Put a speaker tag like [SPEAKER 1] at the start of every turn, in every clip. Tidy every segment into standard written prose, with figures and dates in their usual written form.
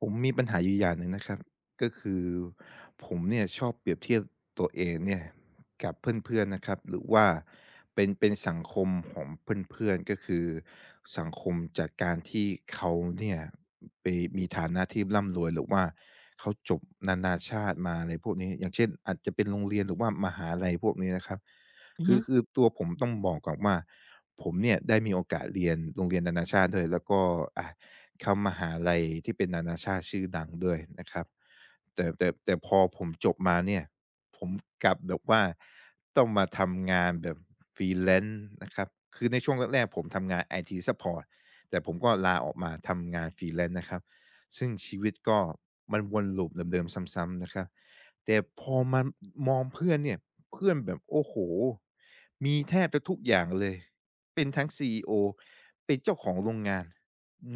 [SPEAKER 1] ผมมีปัญหาอยู่อย่างหนึ่งนะครับก็คือผมเนี่ยชอบเปรียบเทียบตัวเองเนี่ยกับเพื่อนๆนะครับหรือว่าเป็นสังคมของเพื่อนๆก็คือสังคมจากการที่เขาเนี่ยไปมีฐานะที่ร่ำรวยหรือว่าเขาจบนานาชาติมาอะไรพวกนี้อย่างเช่นอาจจะเป็นโรงเรียนหรือว่ามหาลัยพวกนี้นะครับ
[SPEAKER 2] อือ
[SPEAKER 1] คื
[SPEAKER 2] ฮึ
[SPEAKER 1] อคือตัวผมต้องบอกก่อนว่าผมเนี่ยได้มีโอกาสเรียนโรงเรียนนานาชาติด้วยแล้วก็อะ เข้ามหาลัยที่เป็นนานาชาติชื่อดังด้วยนะครับแต่พอผมจบมาเนี่ยผมกลับแบบว่าต้องมาทำงานแบบ freelanceนะครับคือในช่วงแรกๆผมทำงานไอทีซัปพอร์ตแต่ผมก็ลาออกมาทำงาน freelanceนะครับซึ่งชีวิตก็มันวนลูปเดิมๆซ้ำๆนะครับแต่พอมามองเพื่อนเนี่ยเพื่อนแบบโอ้โหมีแทบจะทุกอย่างเลยเป็นทั้งซีอีโอ เป็นเจ้าของโรงงาน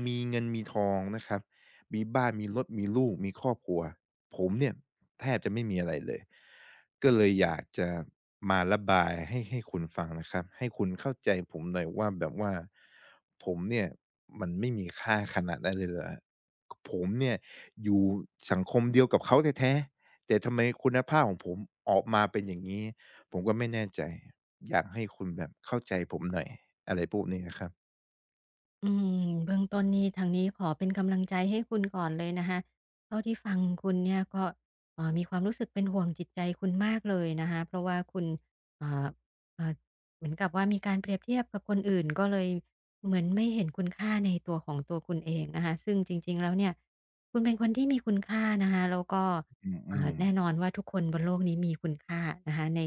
[SPEAKER 1] มีเงินมีทองนะครับมีบ้านมีรถมีลูกมีครอบครัวผมเนี่ยแทบจะไม่มีอะไรเลยก็เลยอยากจะมาระบายให้คุณฟังนะครับให้คุณเข้าใจผมหน่อยว่าแบบว่าผมเนี่ยมันไม่มีค่าขนาดนั้นเลยเหรอผมเนี่ยอยู่สังคมเดียวกับเขาแท้ๆแต่ทำไมคุณภาพของผมออกมาเป็นอย่างงี้ผมก็ไม่แน่ใจอยากให้คุณแบบเข้าใจผมหน่อยอะไรพวกนี้อะครับ
[SPEAKER 2] อืมเบื้องต้นนี่ทางนี้ขอเป็นกำลังใจให้คุณก่อนเลยนะคะเท่าที่ฟังคุณเนี่ยก็มีความรู้สึกเป็นห่วงจิตใจคุณมากเลยนะคะเพราะว่าคุณอ่าอ่าเหมือนกับว่ามีการเปรียบเทียบกับคนอื่นก็เลยเหมือนไม่เห็นคุณค่าในตัวของตัวคุณเองนะคะซึ่งจริงๆแล้วเนี่ยคุณเป็นคนที่มีคุณค่านะคะแล้วก็
[SPEAKER 1] อืม
[SPEAKER 2] แน่นอนว่าทุกคนบนโลกนี้มีคุณค่านะคะใน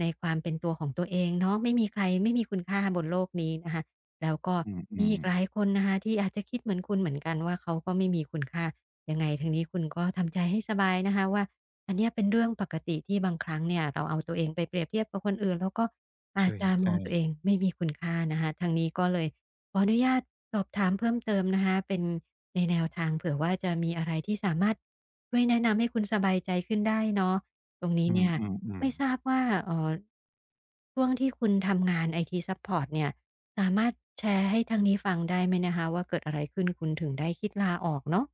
[SPEAKER 2] ความเป็นตัวของตัวเองเนาะไม่มีใครไม่มีคุณค่าบนโลกนี้นะคะ แล้วก็
[SPEAKER 1] ๆอื
[SPEAKER 2] มี
[SPEAKER 1] ม
[SPEAKER 2] อีกหลาย
[SPEAKER 1] ๆ
[SPEAKER 2] คนนะคะที่อาจจะคิดเหมือนคุณเหมือนกันว่าเขาก็ไม่มีคุณค่ายังไงทางนี้คุณก็ทำใจให้สบายนะคะว่าอันเนี้ยเป็นเรื่องปกติที่บางครั้งเนี่ยเราเอาตัวเองไปเปรียบเทียบกับคนอื่นแล้วก็
[SPEAKER 1] ใ
[SPEAKER 2] อาจจะมอ
[SPEAKER 1] ช่
[SPEAKER 2] งตัวเองไม่มีคุณค่านะคะทางนี้ก็เลยขออนุญาตสอบถามเพิ่มเติมนะคะเป็นในแนวทางเผื่อว่าจะมีอะไรที่สามารถช่วยแนะนำให้คุณสบายใจขึ้นได้เนาะตรง
[SPEAKER 1] ๆ
[SPEAKER 2] นี้
[SPEAKER 1] อื
[SPEAKER 2] เนี่ย
[SPEAKER 1] ม
[SPEAKER 2] ไม่
[SPEAKER 1] ๆๆ
[SPEAKER 2] ทราบว่าช่วงที่คุณทำงานไอทีซัปพอร์ตเนี่ย สามารถแชร์ให้ทางนี้ฟังได้ไหมนะคะว่าเกิดอะไรขึ้นคุณถึงได้คิดลาออกเนาะ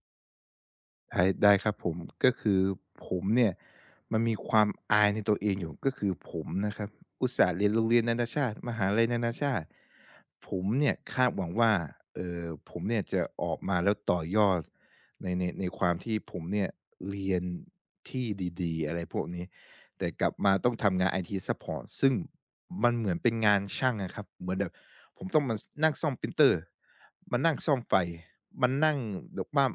[SPEAKER 1] ได้ได้ครับผมก็คือผมเนี่ยมันมีความอายในตัวเองอยู่ก็คือผมนะครับอุตส่าห์เรียนโรงเรียนนานาชาติมหาลัยนานาชาติผมเนี่ยคาดหวังว่าเอ่อผมเนี่ยจะออกมาแล้วต่อยอดในความที่ผมเนี่ยเรียนที่ดีๆอะไรพวกนี้แต่กลับมาต้องทำงานไอทีซัปพอร์ตซึ่งมันเหมือนเป็นงานช่างอะครับเหมือนแบบผมต้องมาสนั่งซ่อมพรินเตอร์มานั่งซ่อมไฟมานั่งแบบว่า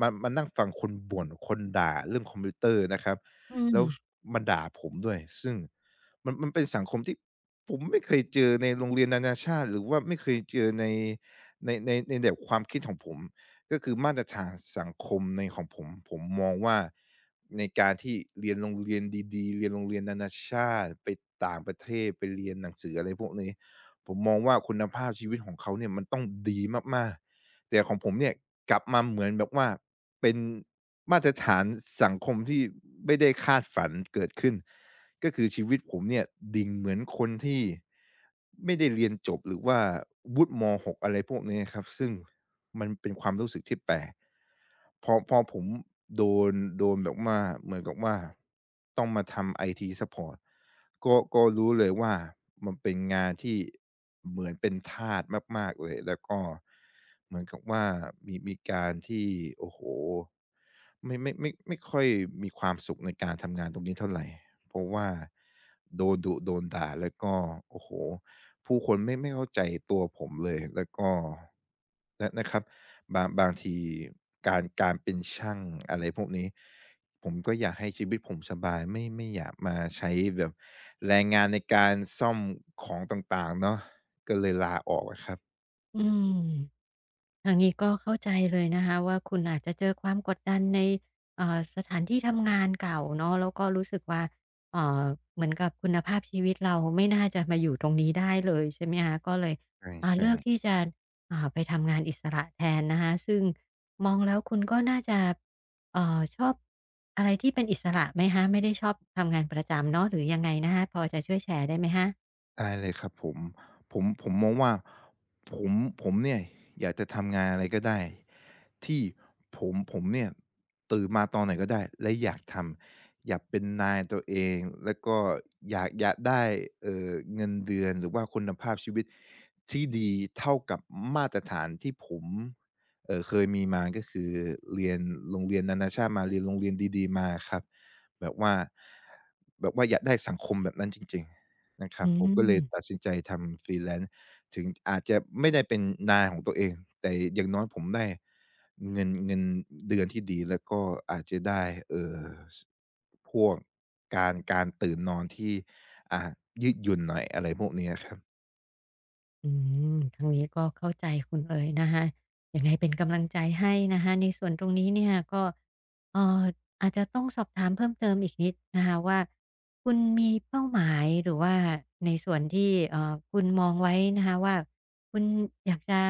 [SPEAKER 1] มานั่งฟังคนบ่นคนด่าเรื่องคอมพิวเตอร์นะครับ
[SPEAKER 2] อืม
[SPEAKER 1] แล้วมาด่าผมด้วยซึ่งมันเป็นสังคมที่ผมไม่เคยเจอในโรงเรียนนานาชาติหรือว่าไม่เคยเจอในในแบบความคิดของผมก็คือมาตรฐานสังคมในของผมมองว่าในการที่เรียนโรงเรียนดีๆเรียนโรงเรียนนานาชาติไปต่างประเทศไปเรียนหนังสืออะไรพวกนี้ผมมองว่าคุณภาพชีวิตของเขาเนี่ยมันต้องดีมากๆ แต่ของผมเนี่ยกลับมาเหมือนแบบว่าเป็นมาตรฐานสังคมที่ไม่ได้คาดฝันเกิดขึ้นก็คือชีวิตผมเนี่ยดิ่งเหมือนคนที่ไม่ได้เรียนจบหรือว่าวุฒิม6อะไรพวกนี้ครับซึ่งมันเป็นความรู้สึกที่แปลกพอผมโดนโดนแบบว่าเหมือนกับว่าต้องมาทำไอทีซัปพอร์ต ก็รู้เลยว่ามันเป็นงานที่เหมือนเป็นทาสมากๆเลยแล้วก็เหมือนกับว่ามีการที่โอ้โฮไม่ค่อยมีความสุขในการทำงานตรงนี้เท่าไรเพราะว่าโดนดุโดนด่าแล้วก็โอ้โฮ ผู้คนไม่เข้าใจตัวผมเลยแล้วก็นะครับบางทีการเป็นช่างอะไรพวกนี้ผมก็อยากให้ชีวิตผมสบายไม่อยากมาใช้แบบแรงงานในการซ่อมของต่างๆเนาะก็เลยลาออกอะครับ
[SPEAKER 2] อืม ทางนี้ก็เข้าใจเลยนะคะว่าคุณอาจจะเจอความกดดันในสถานที่ทำงานเก่าเนาะแล้วก็รู้สึกว่าเอ่อเหมือนกับคุณภาพชีวิตเราไม่น่าจะมาอยู่ตรงนี้ได้เลยใช่ไหมคะก็เลย
[SPEAKER 1] ใช่ใช่
[SPEAKER 2] เลือกที่จะไปทำงานอิสระแทนนะคะซึ่งมองแล้วคุณก็น่าจะชอบอะไรที่เป็นอิสระไหมคะไม่ได้ชอบทำงานประจำเนาะหรือยังไงนะคะพอจะช่วยแชร์ได้ไหมคะ
[SPEAKER 1] ได้เลยครับผมผมมองว่าผมผมเนี่ยอยากจะทำงานอะไรก็ได้ที่ผมเนี่ยตื่นมาตอนไหนก็ได้และอยากทำอยากเป็นนายตัวเองแล้วก็อยากได้เอ่อเงินเดือนหรือว่าคุณภาพชีวิตที่ดีเท่ากับมาตรฐานที่ผมเคยมีมาก็คือเรียนโรงเรียนนานาชาติมาเรียนโรงเรียนดีๆมาอะครับแบบว่าแบบว่าอยากได้สังคมแบบนั้นจริงๆ นะครั
[SPEAKER 2] อื
[SPEAKER 1] บผมก็เลยตั
[SPEAKER 2] ม
[SPEAKER 1] ดสินใจทำ Freelance ถึงอาจจะไม่ได้เป็นนายของตัวเองแต่อย่างน้อยผมได้เงินเดือนที่ดีแล้วก็อาจจะได้เอ่อสพวกการตื่นนอนที่อ่ายืดหยุ่นหน่อยอะไรพวกเนี้ยครับ
[SPEAKER 2] อืมทางนี้ก็เข้าใจคุณเลยนะคะยังไงเป็นกำลังใจให้นะคะในส่วนตรงนี้เนี่ยก็เอ่ออาจจะต้องสอบถามเพิ่มเติมอีกนิดนะคะว่าคุณมีเป้าหมายหรือว่าในส่วนที่คุณมองไว้นะคะว่าคุณอยากจะ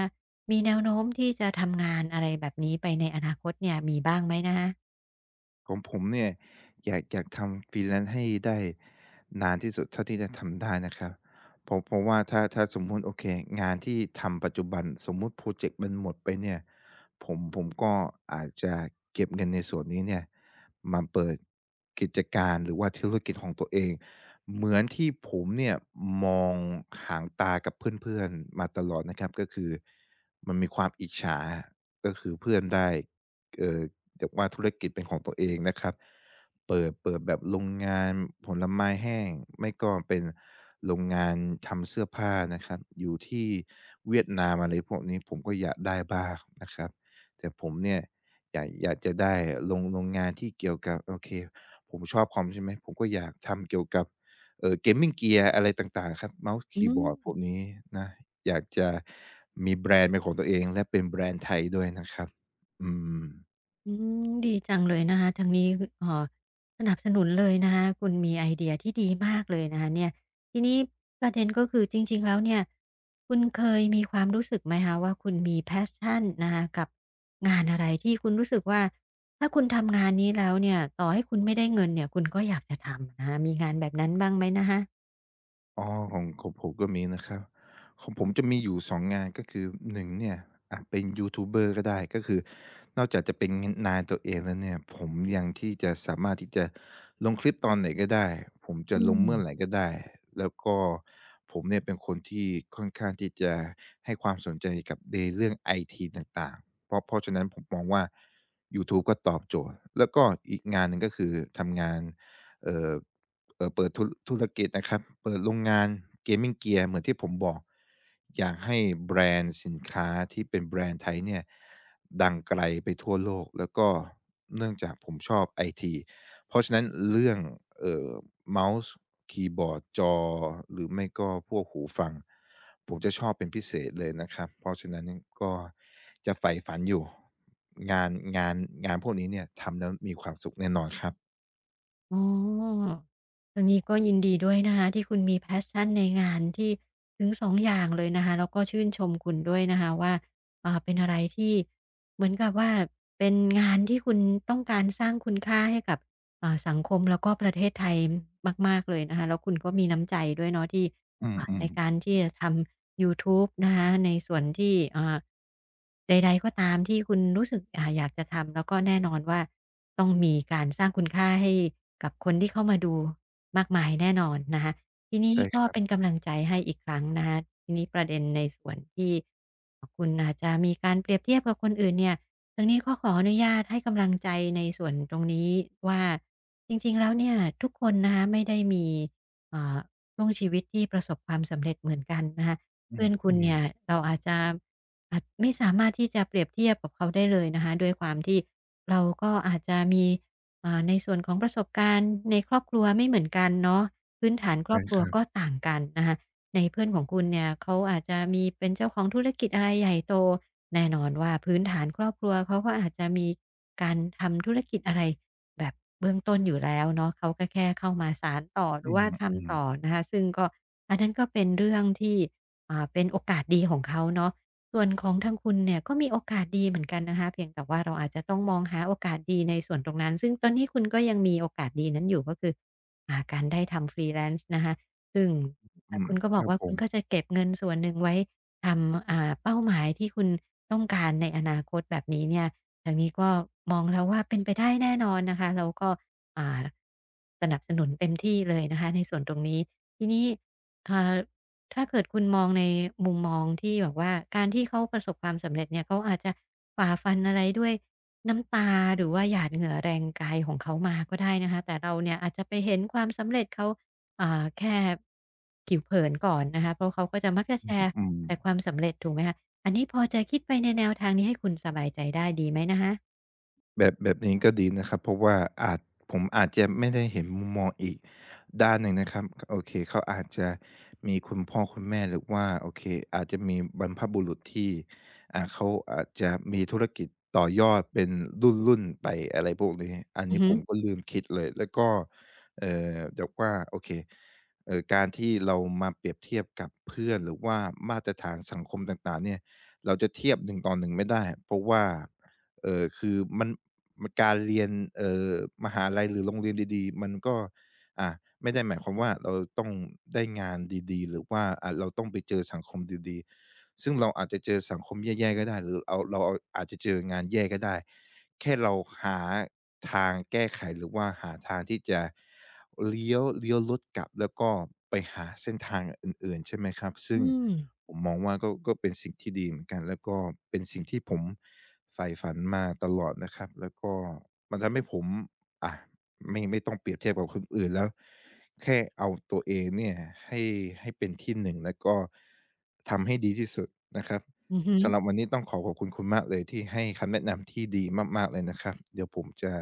[SPEAKER 2] มีแนวโน้มที่จะทำงานอะไรแบบนี้ไปในอนาคตเนี่ยมีบ้างไหมนะคะ
[SPEAKER 1] ของผมเนี่ยอยากทำ freelance ให้ได้นานที่สุดเท่าที่จะทำได้นะครับเพราะว่าถ้าสมมุติโอเคงานที่ทำปัจจุบันสมมุติพรอเจกต์มันหมดไปเนี่ยผมก็อาจจะเก็บเงินในส่วนนี้เนี่ยมาเปิดกิจการหรือว่าธุรกิจของตัวเองเหมือนที่ผมเนี่ยมองหางตากับเพื่อนๆมาตลอดนะครับก็คือมันมีความอิจฉาก็คือเพื่อนได้เอ่อ แต่ว่าธุรกิจเป็นของตัวเองนะครับ เปิดแบบโรงงานผลไม้แห้งไม่ก็เป็นโรงงานทำเสื้อผ้านะครับ อยู่ที่เวียดนามอะไรพวกนี้ผมก็อยากได้บ้างนะครับ แต่ผมเนี่ยอยากจะได้โรงงานที่เกี่ยวกับโอเคผมชอบคอมใช่ไหมผมก็อยากทำเกี่ยวกับGaming Gear อะไรต่างๆครับเมาส์
[SPEAKER 2] อื
[SPEAKER 1] คีย์บอร์ดพวก
[SPEAKER 2] ม
[SPEAKER 1] นี้นะอยากจะมีแบรนด์เป็นของตัวเองและเป็นแบรนด์ไทยด้วยนะครับอืม
[SPEAKER 2] อืมดีจังเลยนะคะทางนี้คอสนับสนุนเลยนะคะคุณมีไอเดียที่ดีมากเลยนะคะเนี่ยทีนี้ประเด็นก็คือจริงๆแล้วเนี่ยคุณเคยมีความรู้สึกไหมคะว่าคุณมี passion นะคะกับงานอะไรที่คุณรู้สึกว่าถ้าคุณทำงานนี้แล้วเนี่ยต่อให้คุณไม่ได้เงินเนี่ยคุณก็อยากจะทำนะคะมีงานแบบนั้นบ้างไหมนะคะ
[SPEAKER 1] อ๋อของผมก็มีนะครับของผมจะมีอยู่สองงานก็คือหนึ่งเนี่ยเป็นยูทูบเบอร์ก็ได้ก็คือนอกจากจะเป็นนายตัวเองแล้วเนี่ยผมยังที่จะสามารถที่จะลงคลิปตอนไหนก็ได้ผมจะ
[SPEAKER 2] อื
[SPEAKER 1] ลงเมื่อไห
[SPEAKER 2] ม
[SPEAKER 1] ร่ก็ได้แล้วก็ผมเนี่ยเป็นคนที่ค่อนข้างที่จะให้ความสนใจกับในเรื่องไอทีต่างๆเพราะฉะนั้นผมมองว่ายูทูบก็ตอบโจทย์แล้วก็อีกงานหนึ่งก็คือทำงาน เอ่อเปิดธุรกิจนะครับเปิดโรงงาน Gaming Gear เกียร์เหมือนที่ผมบอก อยากให้แบรนด์สินค้าที่เป็นแบรนด์ไทยเนี่ยดังไกลไปทั่วโลก แล้วก็เนื่องจากผมชอบไอทีเพราะฉะนั้นเรื่องเอ่อเมาส์คีย์บอร์ดจอหรือไม่ก็พวกหูฟังผมจะชอบเป็นพิเศษเลยนะครับ เพราะฉะนั้นก็จะใฝ่ฝันอยู่งานงานงานพวกนี้เนี่ยทำแล้วมีความสุขแน่นอนครับ
[SPEAKER 2] อ๋อตางนี้ก็ยินดีด้วยนะคะที่คุณมี a พ s ชันในงานที่ถึงสองอย่างเลยนะคะแล้วก็ชื่นชมคุณด้วยนะคะว่าเป็นอะไรที่เหมือนกับว่าเป็นงานที่คุณต้องการสร้างคุณค่าให้กับ สังคมแล้วก็ประเทศไทยมากๆเลยนะคะแล้วคุณก็มีน้ำใจด้วยเนาะที่
[SPEAKER 1] อื
[SPEAKER 2] ใน
[SPEAKER 1] ม
[SPEAKER 2] การ
[SPEAKER 1] ๆ
[SPEAKER 2] ที่จะทำยูทูบนะคะในส่วนที่ใดๆก็ตามที่คุณรู้สึกอยากจะทำแล้วก็แน่นอนว่าต้องมีการสร้างคุณค่าให้กับคนที่เข้ามาดูมากมายแน่นอนนะคะทีนี้
[SPEAKER 1] ใช่ค
[SPEAKER 2] ก็
[SPEAKER 1] รั
[SPEAKER 2] เป็น
[SPEAKER 1] บ
[SPEAKER 2] กำลังใจให้อีกครั้งนะคะทีนี้ประเด็นในส่วนที่อคุณอาจจะมีการเปรียบเทียบกับคนอื่นเนี่ย ทางนี้ก็ขออนุญาตให้กำลังใจในส่วนตรงนี้ว่าจริงๆแล้วเนี่ยทุกคนนะคะไม่ได้มีเอ่อช่วงชีวิตที่ประสบความสำเร็จเหมือนกันนะคะ
[SPEAKER 1] อื
[SPEAKER 2] เพื่
[SPEAKER 1] ม
[SPEAKER 2] อนคุ
[SPEAKER 1] อื
[SPEAKER 2] ณ
[SPEAKER 1] ม
[SPEAKER 2] เนี่ยเราอาจจะอาจไม่สามารถที่จะเปรียบเทียบกับเขาได้เลยนะคะด้วยความที่เราก็อาจจะมีในส่วนของประสบการณ์ในครอบครัวไม่เหมือนกันเนาะพื้นฐานครอ
[SPEAKER 1] ใช่
[SPEAKER 2] บครั
[SPEAKER 1] ค
[SPEAKER 2] ว
[SPEAKER 1] รับ
[SPEAKER 2] ก็ต่างกันนะคะ ในเพื่อนของคุณเนี่ยเขาอาจจะมีเป็นเจ้าของธุรกิจอะไรใหญ่โตแน่นอนว่าพื้นฐานครอบครัวเขาก็อาจจะมีการทำธุรกิจอะไรแบบเบื้องต้นอยู่แล้วเนาะเขาก็แค่เข้ามาสานต่อหรื
[SPEAKER 1] อื
[SPEAKER 2] อ
[SPEAKER 1] ม
[SPEAKER 2] ว่า
[SPEAKER 1] อืม
[SPEAKER 2] ทำต่อนะคะซึ่งก็อันนั้นก็เป็นเรื่องที่เป็นโอกาสดีของเขาเนาะส่วนของทางคุณเนี่ยก็มีโอกาสดีเหมือนกันนะคะเพียงแต่ว่าเราอาจจะต้องมองหาโอกาสดีในส่วนตรงนั้นซึ่งตอนนี้คุณก็ยังมีโอกาสดีนั้นอยู่ก็คืออาการได้ทำฟรีแลนซ์นะคะซึ่ง คะ
[SPEAKER 1] อืม
[SPEAKER 2] คุณก็บ
[SPEAKER 1] ค
[SPEAKER 2] อก
[SPEAKER 1] รับ
[SPEAKER 2] ว่า
[SPEAKER 1] ผ
[SPEAKER 2] คุณ
[SPEAKER 1] ม
[SPEAKER 2] ก็จะเก็บเงินส่วนหนึ่งไว้ทำเป้าหมายที่คุณต้องการในอนาคตแบบนี้เนี่ยทางนี้ก็มองแล้วว่าเป็นไปได้แน่นอนนะคะแล้วก็อ่าสนับสนุนเต็มที่เลยนะคะในส่วนตรงนี้ทีนี้อ่าถ้าเกิดคุณมองในมุมมองที่แบบว่าการที่เขาประสบความสำเร็จเนี่ยเขาอาจจะฝ่าฟันอะไรด้วยน้ำตาหรือว่าหยาดเหงื่อแรงกายของเขามาก็ได้นะคะแต่เราเนี่ยอาจจะไปเห็นความสำเร็จเขา อ่าแค่ผิวเผินก่อนนะคะเพราะเขาก็จะมักจะแชร์
[SPEAKER 1] อืม
[SPEAKER 2] แต่ความสำเร็จถูกไหมคะอันนี้พอจะคิดไปในแนวทางนี้ให้คุณสบายใจได้ดีไหมนะคะ
[SPEAKER 1] แบบนี้ก็ดีนะครับเพราะว่าอาจผมอาจจะไม่ได้เห็นมุมมองอีกด้านหนึ่งนะครับโอเคเขาอาจจะมีคุณพ่อคุณแม่หรือว่าโอเคอาจจะมีบรรพบุรุษที่เขาอาจจะมีธุรกิจต่อยอดเป็นรุ่นๆไปอะไรพวกนี้อัน
[SPEAKER 2] อือ
[SPEAKER 1] นี้
[SPEAKER 2] ฮึ
[SPEAKER 1] ผมก็ลืมคิดเลยแล้วก็แบบว่าโอเคการที่เรามาเปรียบเทียบกับเพื่อนหรือว่ามาตรฐานสังคมต่างๆเนี่ยเราจะเทียบหนึ่งต่อหนึ่งไม่ได้เพราะว่าคือมัน การเรียนเอ่อมหาลัยหรือโรงเรียนดีๆมันก็อ่าไม่ได้หมายความว่าเราต้องได้งานดีๆหรือว่าเราต้องไปเจอสังคมดีๆซึ่งเราอาจจะเจอสังคมแย่ๆก็ได้หรือเอาเราเอาอาจจะเจองานแย่ก็ได้แค่เราหาทางแก้ไขหรือว่าหาทางที่จะเลี้ยวรถกลับแล้วก็ไปหาเส้นทางอื่นๆใช่ไหมครับ
[SPEAKER 2] อื
[SPEAKER 1] ซึ่ง
[SPEAKER 2] ม
[SPEAKER 1] ผมมองว่าก็เป็นสิ่งที่ดีเหมือนกันแล้วก็เป็นสิ่งที่ผมใฝ่ฝันมาตลอดนะครับแล้วก็มันทำให้ผมอะไม่ต้องเปรียบเทียบกับคนอื่นแล้วแค่เอาตัวเองเนี่ยให้ให้เป็นที่หนึ่งแล้วก็ทำให้ดีที่สุดนะครับ
[SPEAKER 2] อือฮึ
[SPEAKER 1] สำหรับวันนี้ต้องขอขอบคุณคุณมากเลยที่ให้คำแนะนำที่ดีมากๆเลยนะครับเดี๋ยวผมจะ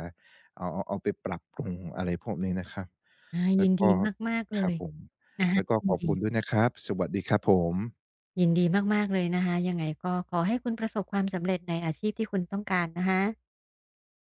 [SPEAKER 1] เอาไปปรับปรุงอะไรพวกนี้นะครับ
[SPEAKER 2] อา
[SPEAKER 1] แล้
[SPEAKER 2] ยิ
[SPEAKER 1] ว
[SPEAKER 2] น
[SPEAKER 1] ก็
[SPEAKER 2] ดีมากๆเล
[SPEAKER 1] ครับ
[SPEAKER 2] ย
[SPEAKER 1] ผม
[SPEAKER 2] นะคะ
[SPEAKER 1] แล้วก็
[SPEAKER 2] ยิ
[SPEAKER 1] ข
[SPEAKER 2] น
[SPEAKER 1] อบ
[SPEAKER 2] ดี
[SPEAKER 1] คุณด้วยนะครับสวัสดีครับผม
[SPEAKER 2] ยินดีมากๆเลยนะคะยังไงก็ขอให้คุณประสบความสำเร็จในอาชีพที่คุณต้องการนะคะ